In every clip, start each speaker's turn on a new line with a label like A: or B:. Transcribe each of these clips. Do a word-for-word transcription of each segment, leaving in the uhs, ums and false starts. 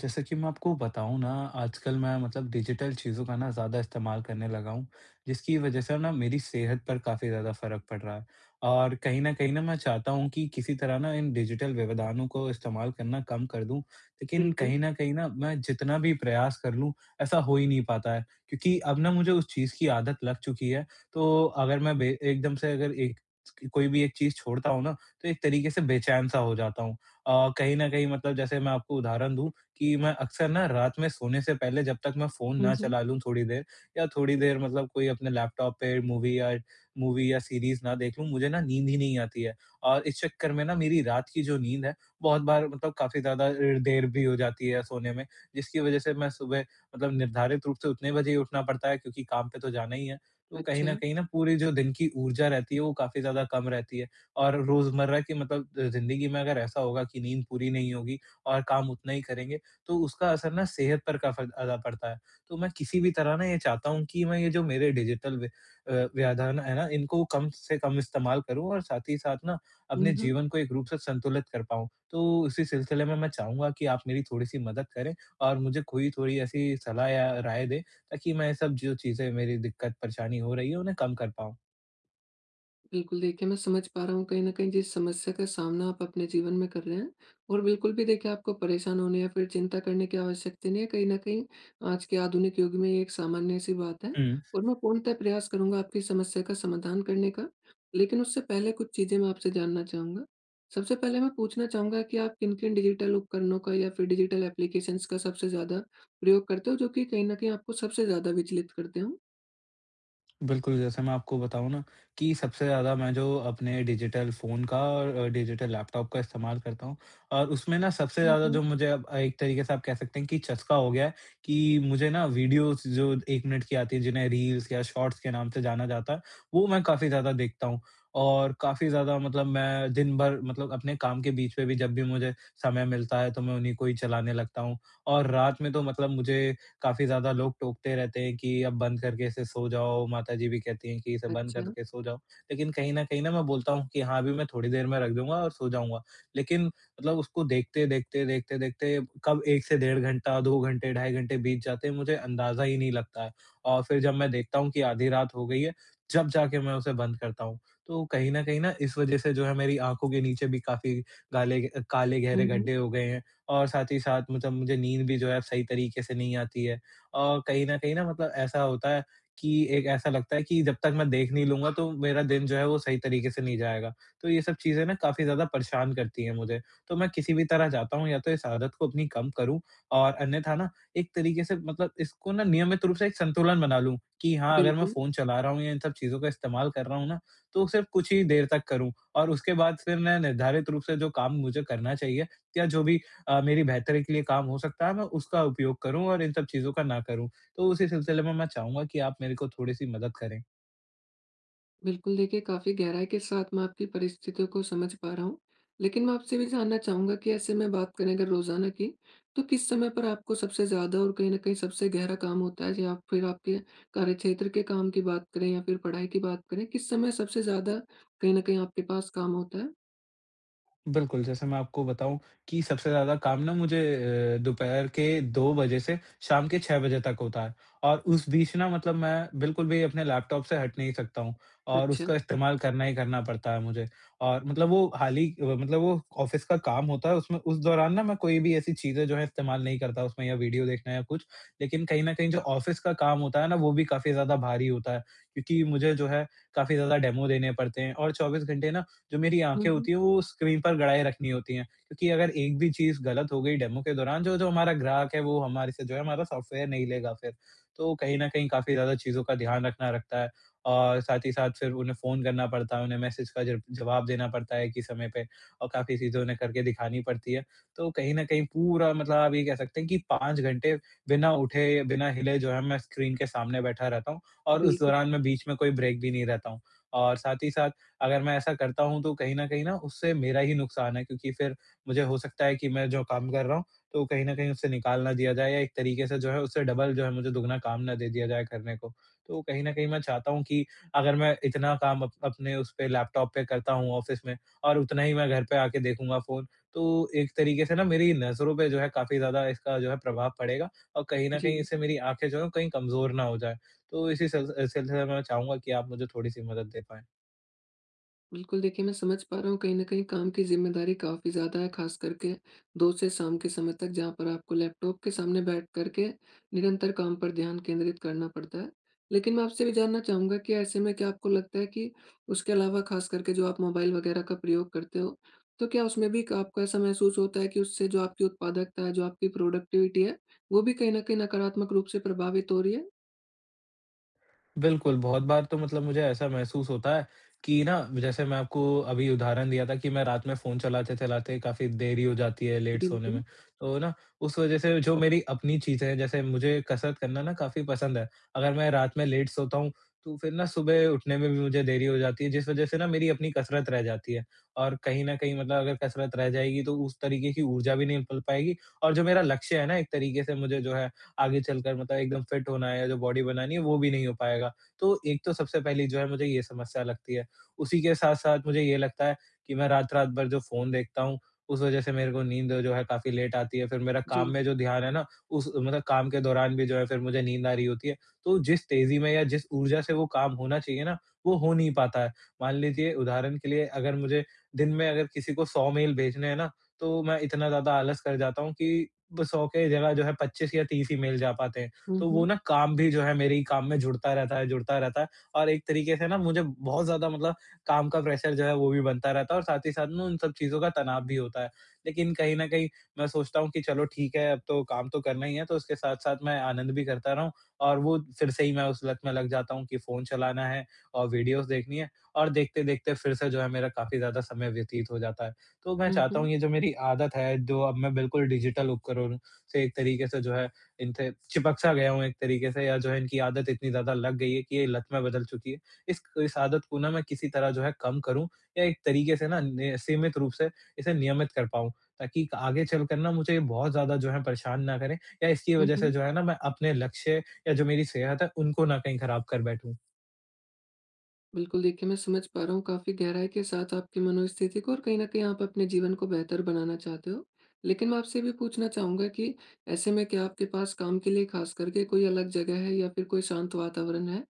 A: जैसा कि मैं आपको बताऊँ ना, आजकल मैं मतलब डिजिटल चीज़ों का ना ज़्यादा इस्तेमाल करने लगा हूँ, जिसकी वजह से ना मेरी सेहत पर काफ़ी ज़्यादा फ़र्क पड़ रहा है। और कहीं न कहीं ना मैं चाहता हूँ कि किसी तरह ना इन डिजिटल व्यवधानों को इस्तेमाल करना कम कर दूँ, लेकिन
B: बिल्कुल।
A: कहीं न कहीं ना मैं जितना भी प्रयास कर लूँ, ऐसा हो ही नहीं पाता है। क्योंकि अब ना मुझे उस चीज़ की आदत लग चुकी है, तो अगर मैं बे एकदम से अगर एक कोई भी एक चीज़ छोड़ता हूँ ना, तो एक तरीके से बेचैन-सा हो जाता हूँ। अ, कहीं न कहीं मतलब जैसे मैं आपको उदाहरण दूँ कि मैं अक्सर ना रात में सोने से पहले जब तक मैं फ़ोन
B: हुँ,
A: ना
B: हुँ।
A: चला लूँ थोड़ी देर या थोड़ी देर मतलब कोई अपने लैपटॉप पे मूवी या मूवी या सीरीज़ ना देख लूँ, मुझे ना नींद ही नहीं आती है। और इस चक्कर में ना मेरी रात की जो नींद है, बहुत बार मतलब काफ़ी ज़्यादा अ, देर भी हो जाती है सोने में, जिसकी वज़ह से मैं सुबह मतलब निर्धारित रूप से उतने बजे ही उठना पड़ता है क्योंकि काम पे तो जाना ही है। तो कहीं न
B: अच्छा।
A: कहीं ना पूरी जो दिन की ऊर्जा रहती है, वो काफ़ी ज़्यादा कम रहती है और रोज़मर्रा की मतलब अ, ज़िंदगी में अगर ऐसा होगा कि नींद पूरी नहीं होगी और काम उतना ही करेंगे, तो उसका असर ना सेहत पर काफ़ी ज़्यादा पड़ता है। तो मैं किसी भी तरह ना ये चाहता हूँ कि मैं ये जो मेरे डिजिटल व्य अ, व्यवधान है ना, इनको कम से कम इस्तेमाल करूँ और साथ ही साथ ना
B: हुँ,
A: अपने
B: हुँ।
A: जीवन को एक रूप से संतुलित कर पाऊँ। तो इसी सिलसिले में मैं चाहूँगा कि आप मेरी थोड़ी-सी मदद करें और मुझे कोई थोड़ी ऐसी सलाह या राय दें ताकि मैं ये सब जो चीज़ें मेरी दिक्कत, परेशानी हो रही है, उन्हें कम कर पाऊँ।
B: बिल्कुल, देखिए मैं समझ पा रहा हूँ कहीं न कहीं जिस समस्या का सामना आप अपने जीवन में कर रहे हैं। और बिल्कुल भी देखिए, आपको परेशान होने या फिर चिंता करने की आवश्यकता नहीं है। कहीं न कहीं आज के आधुनिक युग में ये एक सामान्य-सी बात है
A: हुँ।
B: और मैं पूर्णतः प्रयास करूँगा आपकी समस्या का समाधान करने का। लेकिन उससे पहले कुछ चीज़ें मैं आपसे जानना चाहूँगा। सबसे पहले मैं पूछना चाहूँगा कि आप किन-किन डिजिटल उपकरणों का या फिर डिजिटल एप्लीकेशंस का सबसे ज़्यादा प्रयोग करते हो, जो कि कहीं न कहीं आपको सबसे ज़्यादा विचलित करते हों?
A: बिल्कुल, जैसे मैं आपको बताऊँ ना कि सबसे ज़्यादा मैं जो अपने डिजिटल फ़ोन का और अ, डिजिटल लैपटॉप का इस्तेमाल करता हूँ और उसमें ना सबसे
B: हुँ,
A: ज़्यादा
B: हुँ।
A: जो मुझे अब एक तरीके से आप कह सकते हैं कि चस्का हो गया है कि मुझे ना वीडियोज़ जो एक मिनट की आती है, जिन्हें रील्स या शॉर्ट्स के नाम से जाना जाता है, वो मैं काफ़ी ज़्यादा देखता हूँ। और काफ़ी ज़्यादा मतलब मैं दिन भर मतलब अपने काम के बीच में भी जब भी मुझे समय मिलता है, तो मैं उन्हीं को ही चलाने लगता हूँ और रात में तो मतलब मुझे काफ़ी ज़्यादा लोग टोकते रहते हैं कि अब बंद करके इसे सो जाओ, माताजी भी कहती हैं कि इसे बंद
B: अच्छा।
A: करके सो जाओ। लेकिन कहीं न कहीं ना मैं बोलता हूँ कि हाँ, अभी मैं थोड़ी देर में रख दूँगा और सो जाऊँगा। लेकिन मतलब उसको देखते, देखते, देखते, देखते कब एक से डेढ़ घंटा, दो घंटे, ढाई घंटे बीत जाते हैं, मुझे अंदाज़ा ही नहीं लगता है। और फिर जब मैं देखता हूँ कि आधी रात हो गई है, जब जाके मैं उसे बंद करता हूँ। तो कहीं न कहीं ना इस वज़ह से जो है मेरी आँखों के नीचे भी काफ़ी गाले काले गहरे
B: हुँ, हुँ।
A: गड्ढे हो गए हैं। और साथ ही साथ मतलब मुझे नींद भी जो है सही तरीके से नहीं आती है। और कहीं न कहीं ना मतलब ऐसा होता है कि एक ऐसा लगता है कि जब तक मैं देख नहीं लूँगा तो मेरा दिन जो है वो सही तरीके से नहीं जाएगा। तो ये सब चीज़ें ना काफ़ी ज़्यादा परेशान करती हैं मुझे। तो मैं किसी भी तरह चाहता हूँ या तो इस आदत को अपनी कम करूँ और अन्यथा ना एक तरीके से मतलब इसको ना नियमित रूप से एक संतुलन बना लूँ कि हाँ, अगर मैं
B: बिल्कुल।
A: फ़ोन चला रहा हूँ या इन सब चीज़ों का इस्तेमाल कर रहा हूँ ना, तो सिर्फ़ कुछ ही देर तक करूँ और उसके बाद फिर मैं निर्धारित रूप से जो काम मुझे करना चाहिए या जो भी अ, मेरी बेहतरी के लिए काम हो सकता है, मैं उसका उपयोग करूँ और इन सब चीज़ों का ना करूँ। तो उसी सिलसिले में मैं चाहूँगा कि आप मेरे को थोड़ी-सी मदद करें।
B: बिल्कुल देखिए, काफ़ी गहराई के साथ मैं आपकी परिस्थितियों को समझ पा रहा हूँ। लेकिन मैं आपसे भी जानना चाहूँगा कि ऐसे में बात करें अगर रोज़ाना की, तो किस समय पर आपको सबसे ज़्यादा और कहीं न कहीं सबसे गहरा काम होता है? या फिर आपके कार्यक्षेत्र के काम की बात करें या फिर पढ़ाई की बात करें, किस समय सबसे ज़्यादा कहीं न कहीं आपके पास काम होता है?
A: बिल्कुल, जैसे मैं आपको बताऊँ कि सबसे ज़्यादा काम ना मुझे अ, दोपहर के दो बजे से शाम के छह बजे तक होता है और उस बीच ना मतलब मैं बिल्कुल भी अपने लैपटॉप से हट नहीं सकता हूँ और
B: अच्छा।
A: उसका इस्तेमाल करना ही करना पड़ता है मुझे। और मतलब वो हाल ही अ, मतलब वो ऑफ़िस का काम होता है उसमें उस दौरान ना मैं कोई भी ऐसी चीज़ें जो है इस्तेमाल नहीं करता उसमें या वीडियो देखना या कुछ। लेकिन कहीं न कहीं जो ऑफ़िस का काम होता है ना वो भी काफ़ी ज़्यादा भारी होता है क्योंकि मुझे जो है काफ़ी ज़्यादा डेमो देने पड़ते हैं और चौबीस घंटे ना जो मेरी
B: हुँ,
A: आँखें
B: हुँ।
A: होती हैं वो स्क्रीन पर गड़ाए रखनी होती हैं। क्योंकि अगर एक भी चीज़ गलत हो गई डेमो के दौरान जो जो हमारा ग्राहक है वो हमारे से जो है हमारा सॉफ्टवेयर नहीं लेगा फिर। तो कहीं न कहीं काफ़ी ज़्यादा चीज़ों का ध्यान रखना रखता है और साथ ही साथ फिर उन्हें फ़ोन करना पड़ता है, उन्हें मैसेज का ज जवाब देना पड़ता है एक ही समय पे और काफ़ी चीज़ें उन्हें करके दिखानी पड़ती है। तो कहीं न कहीं पूरा मतलब आप ये कह सकते हैं कि पाँच घंटे बिना उठे, बिना हिले जो है मैं स्क्रीन के सामने बैठा रहता हूँ और उस
B: बिल्कुल।
A: दौरान मैं बीच में कोई ब्रेक भी नहीं रहता हूँ। और साथ ही साथ अगर मैं ऐसा करता हूँ तो कहीं न कहीं ना उससे मेरा ही नुकसान है क्योंकि फिर मुझे हो सकता है कि मैं जो काम कर रहा हूँ, तो कहीं न कहीं उससे निकाल ना दिया जाए या एक तरीके से जो है उससे डबल जो है मुझे दुगना काम ना दे दिया जाए करने को। तो कहीं न कहीं मैं चाहता हूँ कि अगर मैं इतना काम अप अपने उस पे लैपटॉप पे करता हूँ ऑफ़िस में और उतना ही मैं घर पे आके देखूँगा फ़ोन, तो एक तरीके से ना मेरी नज़रों पे जो है काफ़ी ज़्यादा इसका जो है प्रभाव पड़ेगा और कहीं न कहीं
B: जी।
A: इससे मेरी आँखें जो हैं कहीं कमज़ोर ना हो जाएँ। तो इसी सिल सिलसिले में मैं चाहूँगा कि आप मुझे थोड़ी-सी मदद दे पाएँ।
B: बिल्कुल, देखिए मैं समझ पा रहा हूँ कहीं न कहीं काम की ज़िम्मेदारी काफ़ी ज़्यादा है, ख़ास करके दो से शाम के समय तक, जहाँ पर आपको लैपटॉप के सामने बैठ कर के निरंतर काम पर ध्यान केंद्रित करना पड़ता है। लेकिन मैं आपसे भी जानना चाहूँगा कि ऐसे में क्या आपको लगता है कि उसके अलावा ख़ास करके जो आप मोबाइल वग़ैरह का प्रयोग करते हो, तो क्या उसमें भी क आपको ऐसा महसूस होता है कि उससे जो आपकी उत्पादकता है, जो आपकी प्रोडक्टिविटी है, वो भी कहीं न कहीं नकारात्मक रूप से प्रभावित हो रही है?
A: बिल्कुल, बहुत बार तो मतलब मुझे ऐसा महसूस होता है कि ना जैसे मैं आपको अभी उदाहरण दिया था कि मैं रात में फ़ोन चलाते-चलाते काफ़ी देरी हो जाती है लेट सोने
B: बिल्कुल।
A: में। तो ना उस वज़ह से जो मेरी अपनी चीज़ें हैं जैसे मुझे कसरत करना ना काफ़ी पसंद है। अगर मैं रात में लेट सोता हूँ तो फिर ना सुबह उठने में भी मुझे देरी हो जाती है जिस वज़ह से ना मेरी अपनी कसरत रह जाती है। और कहीं न कहीं मतलब अगर कसरत रह जाएगी तो उस तरीके की ऊर्जा भी नहीं मिल पाएगी और जो मेरा लक्ष्य है ना एक तरीके से मुझे जो है आगे चलकर मतलब एकदम फिट होना है या जो बॉडी बनानी है वो भी नहीं हो पाएगा। तो एक तो सबसे पहली जो है मुझे ये समस्या लगती है। उसी के साथ-साथ मुझे ये लगता है कि मैं रात-रात भर जो फ़ोन देखता हूँ, उस वज़ह से मेरे को नींद जो है काफ़ी लेट आती है। फिर मेरा
B: जी।
A: काम में जो ध्यान है ना, उस मतलब काम के दौरान भी जो है फिर मुझे नींद आ रही होती है। तो जिस तेज़ी में या जिस ऊर्जा से वो काम होना चाहिए ना, वो हो नहीं पाता है। मान लीजिए उदाहरण के लिए अगर मुझे दिन में अगर किसी को सौ मेल भेजने हैं ना, तो मैं इतना ज़्यादा आलस कर जाता हूँ कि ब सौ के जगह जो है पच्चीस या तीस ही मेल जा पाते हैं।
B: हुँ,
A: तो वो
B: हुँ।
A: ना काम भी जो है मेरे ही काम में जुड़ता रहता है, जुड़ता रहता है और एक तरीके से ना मुझे बहुत ज़्यादा मतलब काम का प्रेशर जो है वो भी बनता रहता है और साथ ही साथ ना उन सब चीज़ों का तनाव भी होता है। लेकिन कहीं न कहीं मैं सोचता हूँ कि चलो ठीक है, अब तो काम तो करना ही है, तो उसके साथ-साथ मैं आनंद भी करता रहूँ और वो फिर से ही मैं उस लत में लग जाता हूँ कि फ़ोन चलाना है और वीडियोज़ देखनी है और देखते-देखते फिर से जो है मेरा काफ़ी ज़्यादा समय व्यतीत हो जाता है। तो मैं
B: हुँ,
A: चाहता
B: हुँ।
A: हूँ ये जो मेरी आदत है, जो अब मैं बिल्कुल डिजिटल उपकरणों से एक तरीके से जो है इनसे चिपक सा गया हूँ एक तरीके से या जो है इनकी आदत इतनी ज़्यादा लग गई है कि ये लत में बदल चुकी है। इस इस आदत को ना मैं किसी तरह जो है कम करूँ या एक तरीके से ना नि सीमित रूप से इसे नियमित कर पाऊँ, ताकि आगे चलकर ना मुझे ये बहुत ज़्यादा जो है परेशान ना करें या इसकी
B: हुँ,
A: वज़ह से
B: हुँ।
A: जो है ना मैं अपने लक्ष्य या जो मेरी सेहत है, उनको ना कहीं खराब कर बैठूँ।
B: बिल्कुल देखिए, मैं समझ पा रहा हूँ काफ़ी गहराई के साथ आपकी मनोस्थिति को, और कहीं न कहीं आप अपने जीवन को बेहतर बनाना चाहते हो। लेकिन मैं आपसे ये भी पूछना चाहूँगा कि ऐसे में क्या आपके पास काम के लिए ख़ास करके कोई अलग जगह है या फिर कोई शांत वातावरण है?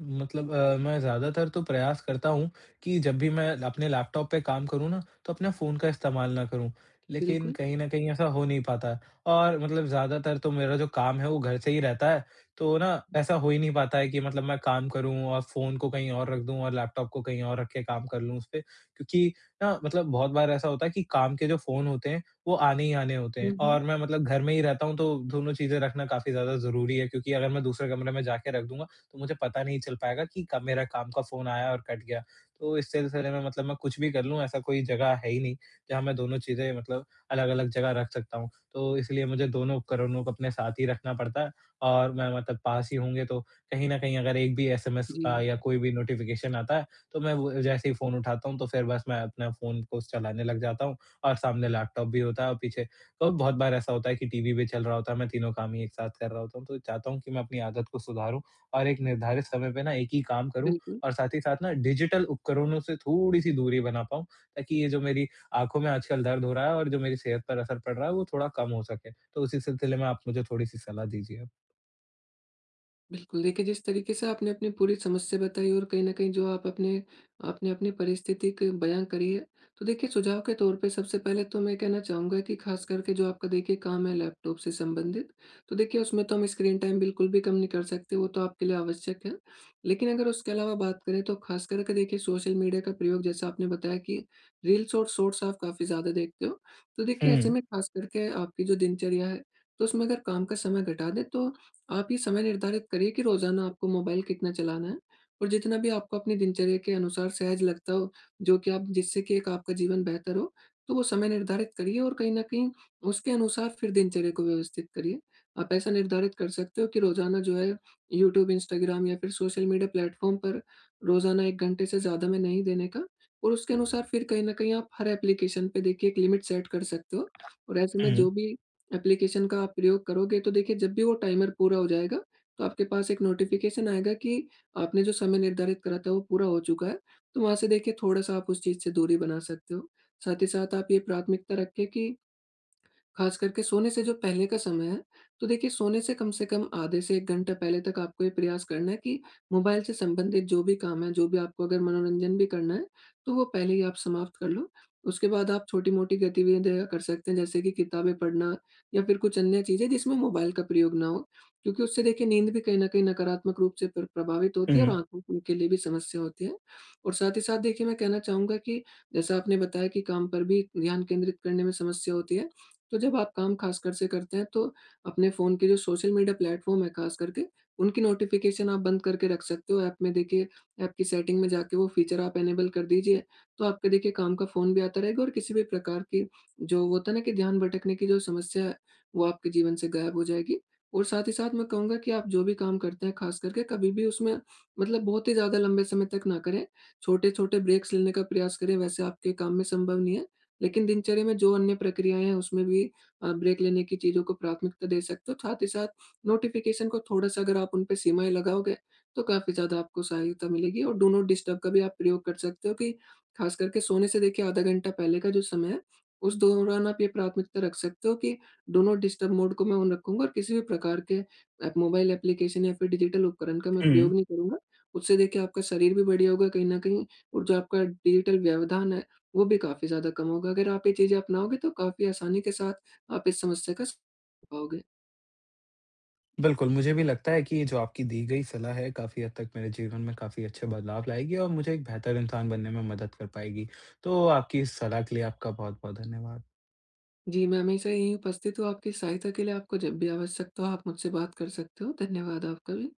A: मतलब अ, मैं ज़्यादातर तो प्रयास करता हूँ कि जब भी मैं अपने लैपटॉप पे काम करूँ ना, तो अपने फ़ोन का इस्तेमाल ना करूँ। लेकिन
B: बिल्कुल।
A: कहीं न कहीं ऐसा हो नहीं पाता है और मतलब ज़्यादातर तो मेरा जो काम है वो घर से ही रहता है, तो ना ऐसा हो ही नहीं पाता है कि मतलब मैं काम करूँ और फ़ोन को कहीं और रख दूँ और लैपटॉप को कहीं और रख के काम कर लूँ उसपे। क्योंकि ना मतलब बहुत बार ऐसा होता है कि काम के जो फ़ोन होते हैं, वो आने ही आने होते
B: हुँ,
A: हैं
B: हुँ।
A: और मैं मतलब घर में ही रहता हूँ, तो दोनों चीज़ें रखना काफ़ी ज़्यादा ज़रूरी है क्योंकि अगर मैं दूसरे कमरे में जाके रख दूँगा तो मुझे पता नहीं चल पाएगा कि कब मेरा काम का फ़ोन आया और कट गया। तो इस सिलसिले में मतलब मैं कुछ भी कर लूँ ऐसा कोई जगह है ही नहीं, जहाँ मैं दोनों चीज़ें मतलब अलग-अलग जगह रख सकता हूँ। तो इसलिए मुझे दोनों उपकरणों को अपने साथ ही रखना पड़ता है और मैं मतलब पास ही होंगे तो कहीं न कहीं अगर एक भी एस एम एस का
B: जी,
A: या कोई भी नोटिफ़िकेशन आता है, तो मैं वो जैसे ही फ़ोन उठाता हूँ तो फिर बस मैं अपना फ़ोन को चलाने लग जाता हूँ और सामने लैपटॉप भी होता है और पीछे तो बहुत बार ऐसा होता है कि टी वी भी चल रहा होता है, मैं तीनों काम ही एक साथ कर रहा होता हूँ। तो चाहता हूँ कि मैं अपनी आदत को सुधारूँ और एक निर्धारित समय पे ना एक ही काम करूँ
B: बिल्कुल।
A: और साथ ही साथ ना डिजिटल उपकरणों से थोड़ी-सी दूरी बना पाऊँ, ताकि ये जो मेरी आँखों में आजकल दर्द हो रहा है और जो मेरी सेहत पर असर पड़ रहा है, वो थोड़ा कम हो सके। तो उसी सिलसिले में आप मुझे थोड़ी-सी सलाह दीजिए अब।
B: बिल्कुल, देखिए जिस तरीके से आपने अपनी पूरी समस्या बताई और कहीं न कहीं जो आप अपने आपने अपनी परिस्थिति क बयाँ करी है, तो देखिए, सुझाव के तौर पे सबसे पहले तो मैं कहना चाहूँगा कि ख़ास करके जो आपका देखिए काम है लैपटॉप से संबंधित, तो देखिए उसमें तो हम स्क्रीन टाइम बिल्कुल भी कम नहीं कर सकते, वो तो आपके लिए आवश्यक है। लेकिन अगर उसके अलावा बात करें, तो ख़ास करके देखिए सोशल मीडिया का प्रयोग, जैसा आपने बताया कि रील्स और शॉर्ट्स आप काफ़ी ज़्यादा देखते हो, तो देखिए ऐसे
A: हुँ,
B: में ख़ास करके आपकी जो दिनचर्या है, तो उसमें अगर काम का समय घटा दें, तो आप ये समय निर्धारित करिए कि रोज़ाना आपको मोबाइल कितना चलाना है और जितना भी आपको अपनी दिनचर्या के अनुसार सहज लगता हो, जो कि आप, जिससे कि एक आपका जीवन बेहतर हो, तो वो समय निर्धारित करिए और कहीं न कहीं उसके अनुसार फिर दिनचर्या को व्यवस्थित करिए। आप ऐसा निर्धारित कर सकते हो कि रोज़ाना जो है यूट्यूब, इंस्टाग्राम या फिर सोशल मीडिया प्लेटफ़ॉर्म पर रोज़ाना एक घंटे से ज़्यादा में नहीं देने का, और उसके अनुसार फिर कहीं न कहीं आप हर एप्लीकेशन पे देखिए एक लिमिट सेट कर सकते हो। और ऐसे में
A: हुँ,
B: जो भी एप्लीकेशन का आप प्रयोग करोगे, तो देखिए जब भी वो टाइमर पूरा हो जाएगा, तो आपके पास एक नोटिफ़िकेशन आएगा कि आपने जो समय निर्धारित करा था वो पूरा हो चुका है। तो वहाँ से देखिए थोड़ा-सा आप उस चीज़ से दूरी बना सकते हो। साथ ही साथ आप ये प्राथमिकता रखें कि खास करके सोने से जो पहले का समय है, तो देखिए सोने से कम से कम आधे से एक घंटा पहले तक आपको ये प्रयास करना है कि मोबाइल से संबंधित जो भी काम है, जो भी आपको अगर मनोरंजन भी करना है, तो वो पहले ही आप समाप्त कर लो। उसके बाद आप छोटी-मोटी गतिविधियाँ कर सकते हैं, जैसे कि किताबें पढ़ना या फिर कुछ अन्य चीज़ें जिसमें मोबाइल का प्रयोग ना हो। क्योंकि उससे देखिए नींद भी कहीं न कहीं नकारात्मक रूप से प्र प्रभावित होती है और
A: हुँ,
B: आँखों के लिए भी समस्या होती है। और साथ ही साथ देखिए, मैं कहना चाहूँगा कि जैसा आपने बताया कि काम पर भी ध्यान केंद्रित करने में समस्या होती है। तो जब आप काम खासकर से करते हैं, तो अपने फ़ोन के जो सोशल मीडिया प्लेटफ़ॉर्म है खास करके, उनकी नोटिफ़िकेशन आप बंद करके रख सकते हो। ऐप में देखिए, ऐप की सेटिंग में जाके वो फ़ीचर आप इनेबल कर दीजिए, तो आपके देखिए काम का फ़ोन भी आता रहेगा और किसी भी प्रकार की, जो होता है ना कि ध्यान भटकने की जो समस्या है, वो आपके जीवन से गायब हो जाएगी। और साथ ही साथ मैं कहूँगा कि आप जो भी काम करते हैं खास करके, कभी भी उसमें मतलब बहुत ही ज़्यादा लंबे समय तक ना करें। छोटे-छोटे ब्रेक्स लेने का प्रयास करें, वैसे आपके काम में संभव नहीं है। लेकिन दिनचर्या में जो अन्य प्रक्रियाएँ हैं, उसमें भी अ, ब्रेक लेने की चीज़ों को प्राथमिकता दे सकते हो। साथ ही साथ नोटिफ़िकेशन को थोड़ा-सा अगर आप उन पे सीमाएँ लगाओगे, तो काफ़ी ज़्यादा आपको सहायता मिलेगी। और डू नॉट डिस्टर्ब का भी आप प्रयोग कर सकते हो कि ख़ास करके सोने से देखिए आधा घंटा पहले का जो समय है, उस दौरान आप ये प्राथमिकता रख सकते हो कि डू नॉट डिस्टर्ब मोड को मैं ऑन रखूँगा और किसी भी प्रकार के एप, मोबाइल एप्लीकेशन या फिर डिजिटल उपकरण का मैं प्रयोग
A: हुँ।
B: नहीं करूँगा। उससे देखिए आपका शरीर भी बढ़िया होगा कहीं न कहीं, और जो आपका डिजिटल व्यवधान है वो भी काफ़ी ज़्यादा कम होगा। अगर आप ये चीज़ें अपनाओगे, तो काफ़ी आसानी के साथ आप इस समस्या का स पाओगे।
A: बिल्कुल, मुझे भी लगता है कि ये जो आपकी दी गई सलाह है, काफ़ी हद तक मेरे जीवन में काफ़ी अच्छे बदलाव लाएगी और मुझे एक बेहतर इंसान बनने में मदद कर पाएगी। तो आपकी इस सलाह के लिए आपका बहुत-बहुत धन्यवाद।
B: जी, मैं हमेशा यहीं उपस्थित हूँ आपकी सहायता के लिए। आपको जब भी आवश्यकता हो, आप मुझसे बात कर सकते हो। धन्यवाद आपका भी।